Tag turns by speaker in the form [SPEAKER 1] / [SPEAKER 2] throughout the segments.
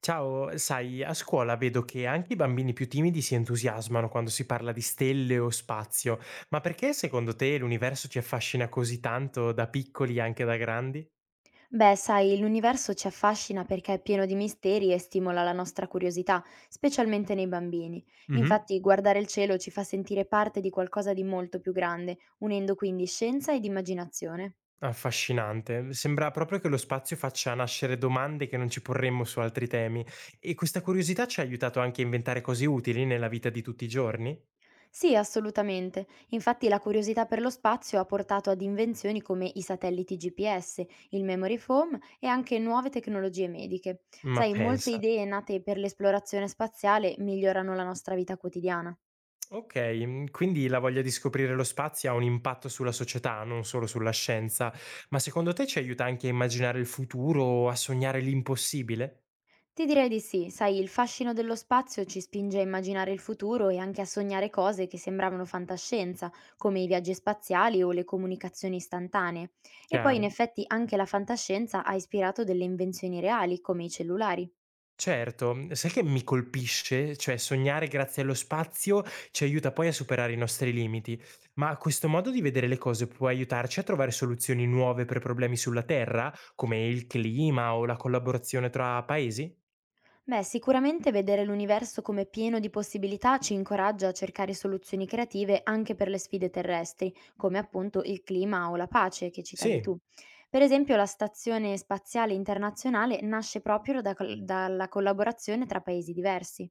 [SPEAKER 1] Ciao, sai, a scuola vedo che anche i bambini più timidi si entusiasmano quando si parla di stelle o spazio, ma perché secondo te l'universo ci affascina così tanto da piccoli e anche da grandi?
[SPEAKER 2] Beh, sai, l'universo ci affascina perché è pieno di misteri e stimola la nostra curiosità, specialmente nei bambini.
[SPEAKER 1] Mhm.
[SPEAKER 2] Infatti, guardare il cielo ci fa sentire parte di qualcosa di molto più grande, unendo quindi scienza ed immaginazione.
[SPEAKER 1] Affascinante, sembra proprio che lo spazio faccia nascere domande che non ci porremmo su altri temi e questa curiosità ci ha aiutato anche a inventare cose utili nella vita di tutti i giorni?
[SPEAKER 2] Sì, assolutamente. Infatti, la curiosità per lo spazio ha portato ad invenzioni come i satelliti GPS, il memory foam e anche nuove tecnologie mediche.
[SPEAKER 1] Ma
[SPEAKER 2] Sai, molte
[SPEAKER 1] pensa.
[SPEAKER 2] idee nate per l'esplorazione spaziale migliorano la nostra vita quotidiana.
[SPEAKER 1] Okay, mhmm, quindi la voglia di scoprire lo spazio ha un impatto sulla società, non solo sulla scienza. Ma secondo te ci aiuta anche a immaginare il futuro o a sognare l'impossibile?
[SPEAKER 2] Ti direi di sì, sai, il fascino dello spazio ci spinge a immaginare il futuro e anche a sognare cose che sembravano fantascienza, come i viaggi spaziali o le comunicazioni istantanee. E poi in
[SPEAKER 1] Chiaro.
[SPEAKER 2] effetti anche la fantascienza ha ispirato delle invenzioni reali, come i cellulari.
[SPEAKER 1] Certo, mhmm, sai che mi colpisce? Cioè sognare grazie allo spazio ci aiuta poi a superare i nostri limiti. Ma questo modo di vedere le cose può aiutarci a trovare soluzioni nuove per problemi sulla Terra, come il clima o la collaborazione tra paesi?
[SPEAKER 2] Beh, sicuramente vedere l'universo come pieno di possibilità ci incoraggia a cercare soluzioni creative anche per le sfide terrestri, come appunto il clima o la pace che citavi
[SPEAKER 1] Sì.
[SPEAKER 2] tu. Per esempio, la Stazione Spaziale Internazionale nasce proprio dalla collaborazione tra paesi diversi.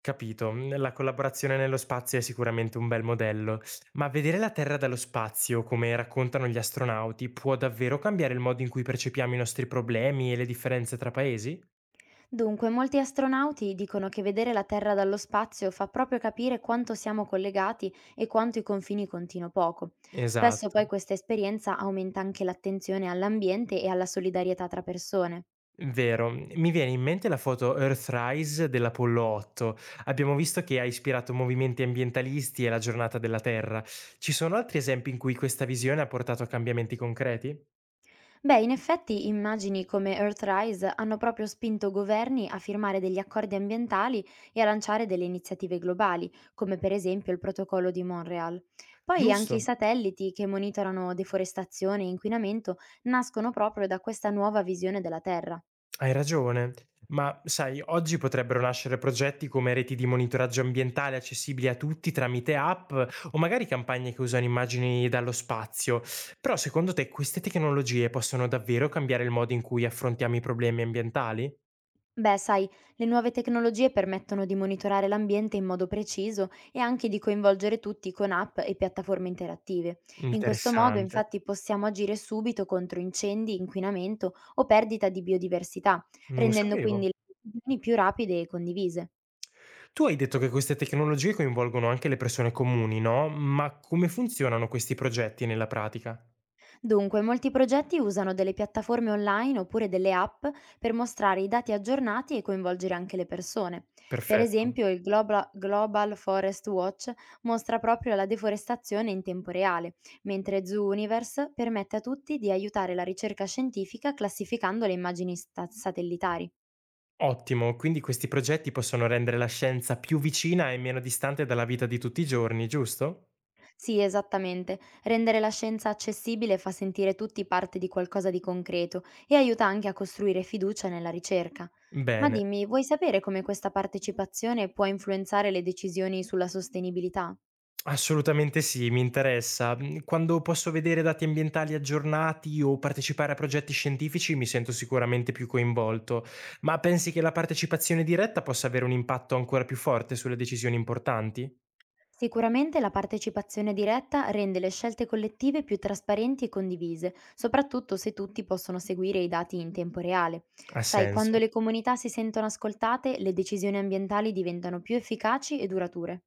[SPEAKER 1] Capito, mhmm, la collaborazione nello spazio è sicuramente un bel modello, ma vedere la Terra dallo spazio, come raccontano gli astronauti, può davvero cambiare il modo in cui percepiamo i nostri problemi e le differenze tra paesi?
[SPEAKER 2] Dunque, molti astronauti dicono che vedere la Terra dallo spazio fa proprio capire quanto siamo collegati e quanto i confini contino poco. Spesso poi
[SPEAKER 1] Esatto,
[SPEAKER 2] questa esperienza aumenta anche l'attenzione all'ambiente e alla solidarietà tra persone.
[SPEAKER 1] vero. Mi viene in mente la foto Earthrise dell'Apollo 8. Abbiamo visto che ha ispirato movimenti ambientalisti e la giornata della Terra. Ci sono altri esempi in cui questa visione ha portato a cambiamenti concreti?
[SPEAKER 2] Beh, in effetti immagini come Earthrise hanno proprio spinto governi a firmare degli accordi ambientali e a lanciare delle iniziative globali, come per esempio il protocollo di Montreal. Poi anche i
[SPEAKER 1] Giusto.
[SPEAKER 2] satelliti che monitorano deforestazione e inquinamento nascono proprio da questa nuova visione della Terra.
[SPEAKER 1] Hai ragione, ma sai, oggi potrebbero nascere progetti come reti di monitoraggio ambientale accessibili a tutti tramite app o magari campagne che usano immagini dallo spazio. Però secondo te queste tecnologie possono davvero cambiare il modo in cui affrontiamo i problemi ambientali?
[SPEAKER 2] Beh, sai, le nuove tecnologie permettono di monitorare l'ambiente in modo preciso e anche di coinvolgere tutti con app e piattaforme interattive. In questo modo,
[SPEAKER 1] Interessante.
[SPEAKER 2] infatti, possiamo agire subito contro incendi, inquinamento o perdita di biodiversità,
[SPEAKER 1] Non lo
[SPEAKER 2] rendendo
[SPEAKER 1] sapevo.
[SPEAKER 2] quindi le decisioni più rapide e condivise.
[SPEAKER 1] Tu hai detto che queste tecnologie coinvolgono anche le persone comuni, no? Ma come funzionano questi progetti nella pratica?
[SPEAKER 2] Dunque, molti progetti usano delle piattaforme online oppure delle app per mostrare i dati aggiornati e coinvolgere anche le persone. Per
[SPEAKER 1] Perfetto.
[SPEAKER 2] esempio, il Global Forest Watch mostra proprio la deforestazione in tempo reale, mentre Zoo Universe permette a tutti di aiutare la ricerca scientifica classificando le immagini satellitari.
[SPEAKER 1] Ottimo, quindi questi progetti possono rendere la scienza più vicina e meno distante dalla vita di tutti i giorni, giusto?
[SPEAKER 2] Sì, esattamente. Rendere la scienza accessibile fa sentire tutti parte di qualcosa di concreto e aiuta anche a costruire fiducia nella ricerca. Ma
[SPEAKER 1] Bene,
[SPEAKER 2] dimmi, vuoi sapere come questa partecipazione può influenzare le decisioni sulla sostenibilità?
[SPEAKER 1] assolutamente sì, mi interessa. Quando posso vedere dati ambientali aggiornati o partecipare a progetti scientifici mi sento sicuramente più coinvolto, ma pensi che la partecipazione diretta possa avere un impatto ancora più forte sulle decisioni importanti?
[SPEAKER 2] Sicuramente la partecipazione diretta rende le scelte collettive più trasparenti e condivise, soprattutto se tutti possono seguire i dati in tempo reale.
[SPEAKER 1] Ha
[SPEAKER 2] Sai, quando
[SPEAKER 1] senso.
[SPEAKER 2] le comunità si sentono ascoltate, le decisioni ambientali diventano più efficaci e durature.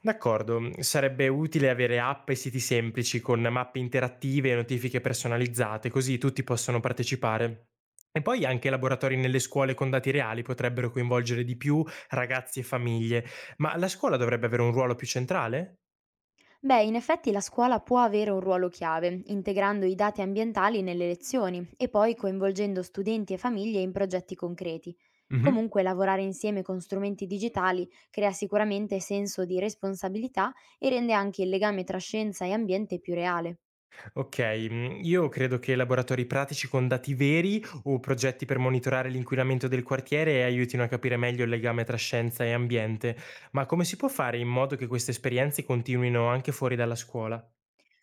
[SPEAKER 1] D'accordo, sarebbe utile avere app e siti semplici con mappe interattive e notifiche personalizzate, così tutti possono partecipare. E poi anche laboratori nelle scuole con dati reali potrebbero coinvolgere di più ragazzi e famiglie, ma la scuola dovrebbe avere un ruolo più centrale?
[SPEAKER 2] Beh, in effetti la scuola può avere un ruolo chiave, integrando i dati ambientali nelle lezioni e poi coinvolgendo studenti e famiglie in progetti concreti.
[SPEAKER 1] Mhm.
[SPEAKER 2] Comunque lavorare insieme con strumenti digitali crea sicuramente senso di responsabilità e rende anche il legame tra scienza e ambiente più reale.
[SPEAKER 1] Ok, io credo che laboratori pratici con dati veri o progetti per monitorare l'inquinamento del quartiere aiutino a capire meglio il legame tra scienza e ambiente, ma come si può fare in modo che queste esperienze continuino anche fuori dalla scuola?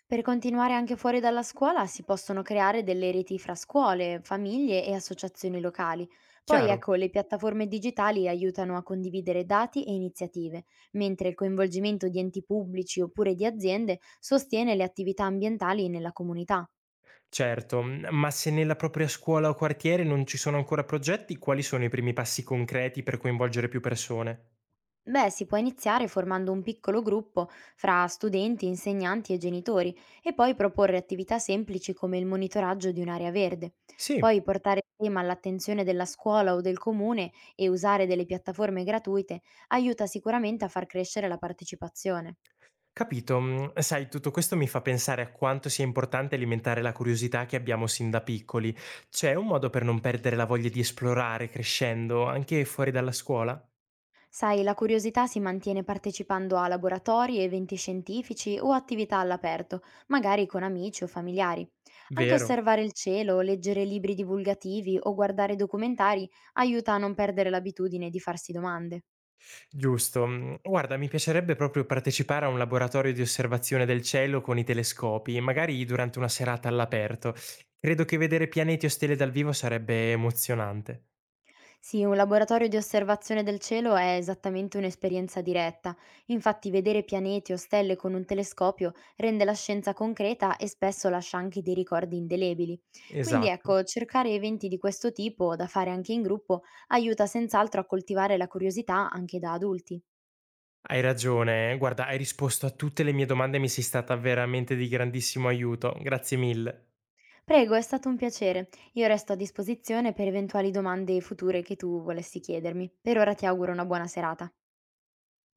[SPEAKER 2] Per continuare anche fuori dalla scuola si possono creare delle reti fra scuole, famiglie e associazioni locali. Poi
[SPEAKER 1] Chiaro,
[SPEAKER 2] ecco, le piattaforme digitali aiutano a condividere dati e iniziative, mentre il coinvolgimento di enti pubblici oppure di aziende sostiene le attività ambientali nella comunità.
[SPEAKER 1] certo, mhmm, ma se nella propria scuola o quartiere non ci sono ancora progetti, quali sono i primi passi concreti per coinvolgere più persone?
[SPEAKER 2] Beh, si può iniziare formando un piccolo gruppo fra studenti, insegnanti e genitori e poi proporre attività semplici come il monitoraggio di un'area verde.
[SPEAKER 1] Sì,
[SPEAKER 2] Poi portare il tema all'attenzione della scuola o del comune e usare delle piattaforme gratuite aiuta sicuramente a far crescere la partecipazione.
[SPEAKER 1] capito. Mhmm, sai, tutto questo mi fa pensare a quanto sia importante alimentare la curiosità che abbiamo sin da piccoli. C'è un modo per non perdere la voglia di esplorare crescendo, anche fuori dalla scuola?
[SPEAKER 2] Sai, la curiosità si mantiene partecipando a laboratori, eventi scientifici o attività all'aperto, magari con amici o familiari. Anche
[SPEAKER 1] Vero.
[SPEAKER 2] osservare il cielo, leggere libri divulgativi o guardare documentari aiuta a non perdere l'abitudine di farsi domande.
[SPEAKER 1] Giusto. Mhmm, guarda, mi piacerebbe proprio partecipare a un laboratorio di osservazione del cielo con i telescopi, magari durante una serata all'aperto. Credo che vedere pianeti o stelle dal vivo sarebbe emozionante.
[SPEAKER 2] Sì, un laboratorio di osservazione del cielo è esattamente un'esperienza diretta. Infatti, vedere pianeti o stelle con un telescopio rende la scienza concreta e spesso lascia anche dei ricordi indelebili. Quindi,
[SPEAKER 1] Esatto,
[SPEAKER 2] ecco, cercare eventi di questo tipo, da fare anche in gruppo, aiuta senz'altro a coltivare la curiosità anche da adulti.
[SPEAKER 1] hai ragione. Guarda, hai risposto a tutte le mie domande e mi sei stata veramente di grandissimo aiuto. Grazie mille.
[SPEAKER 2] Prego, è stato un piacere. Io resto a disposizione per eventuali domande future che tu volessi chiedermi. Per ora ti auguro una buona serata.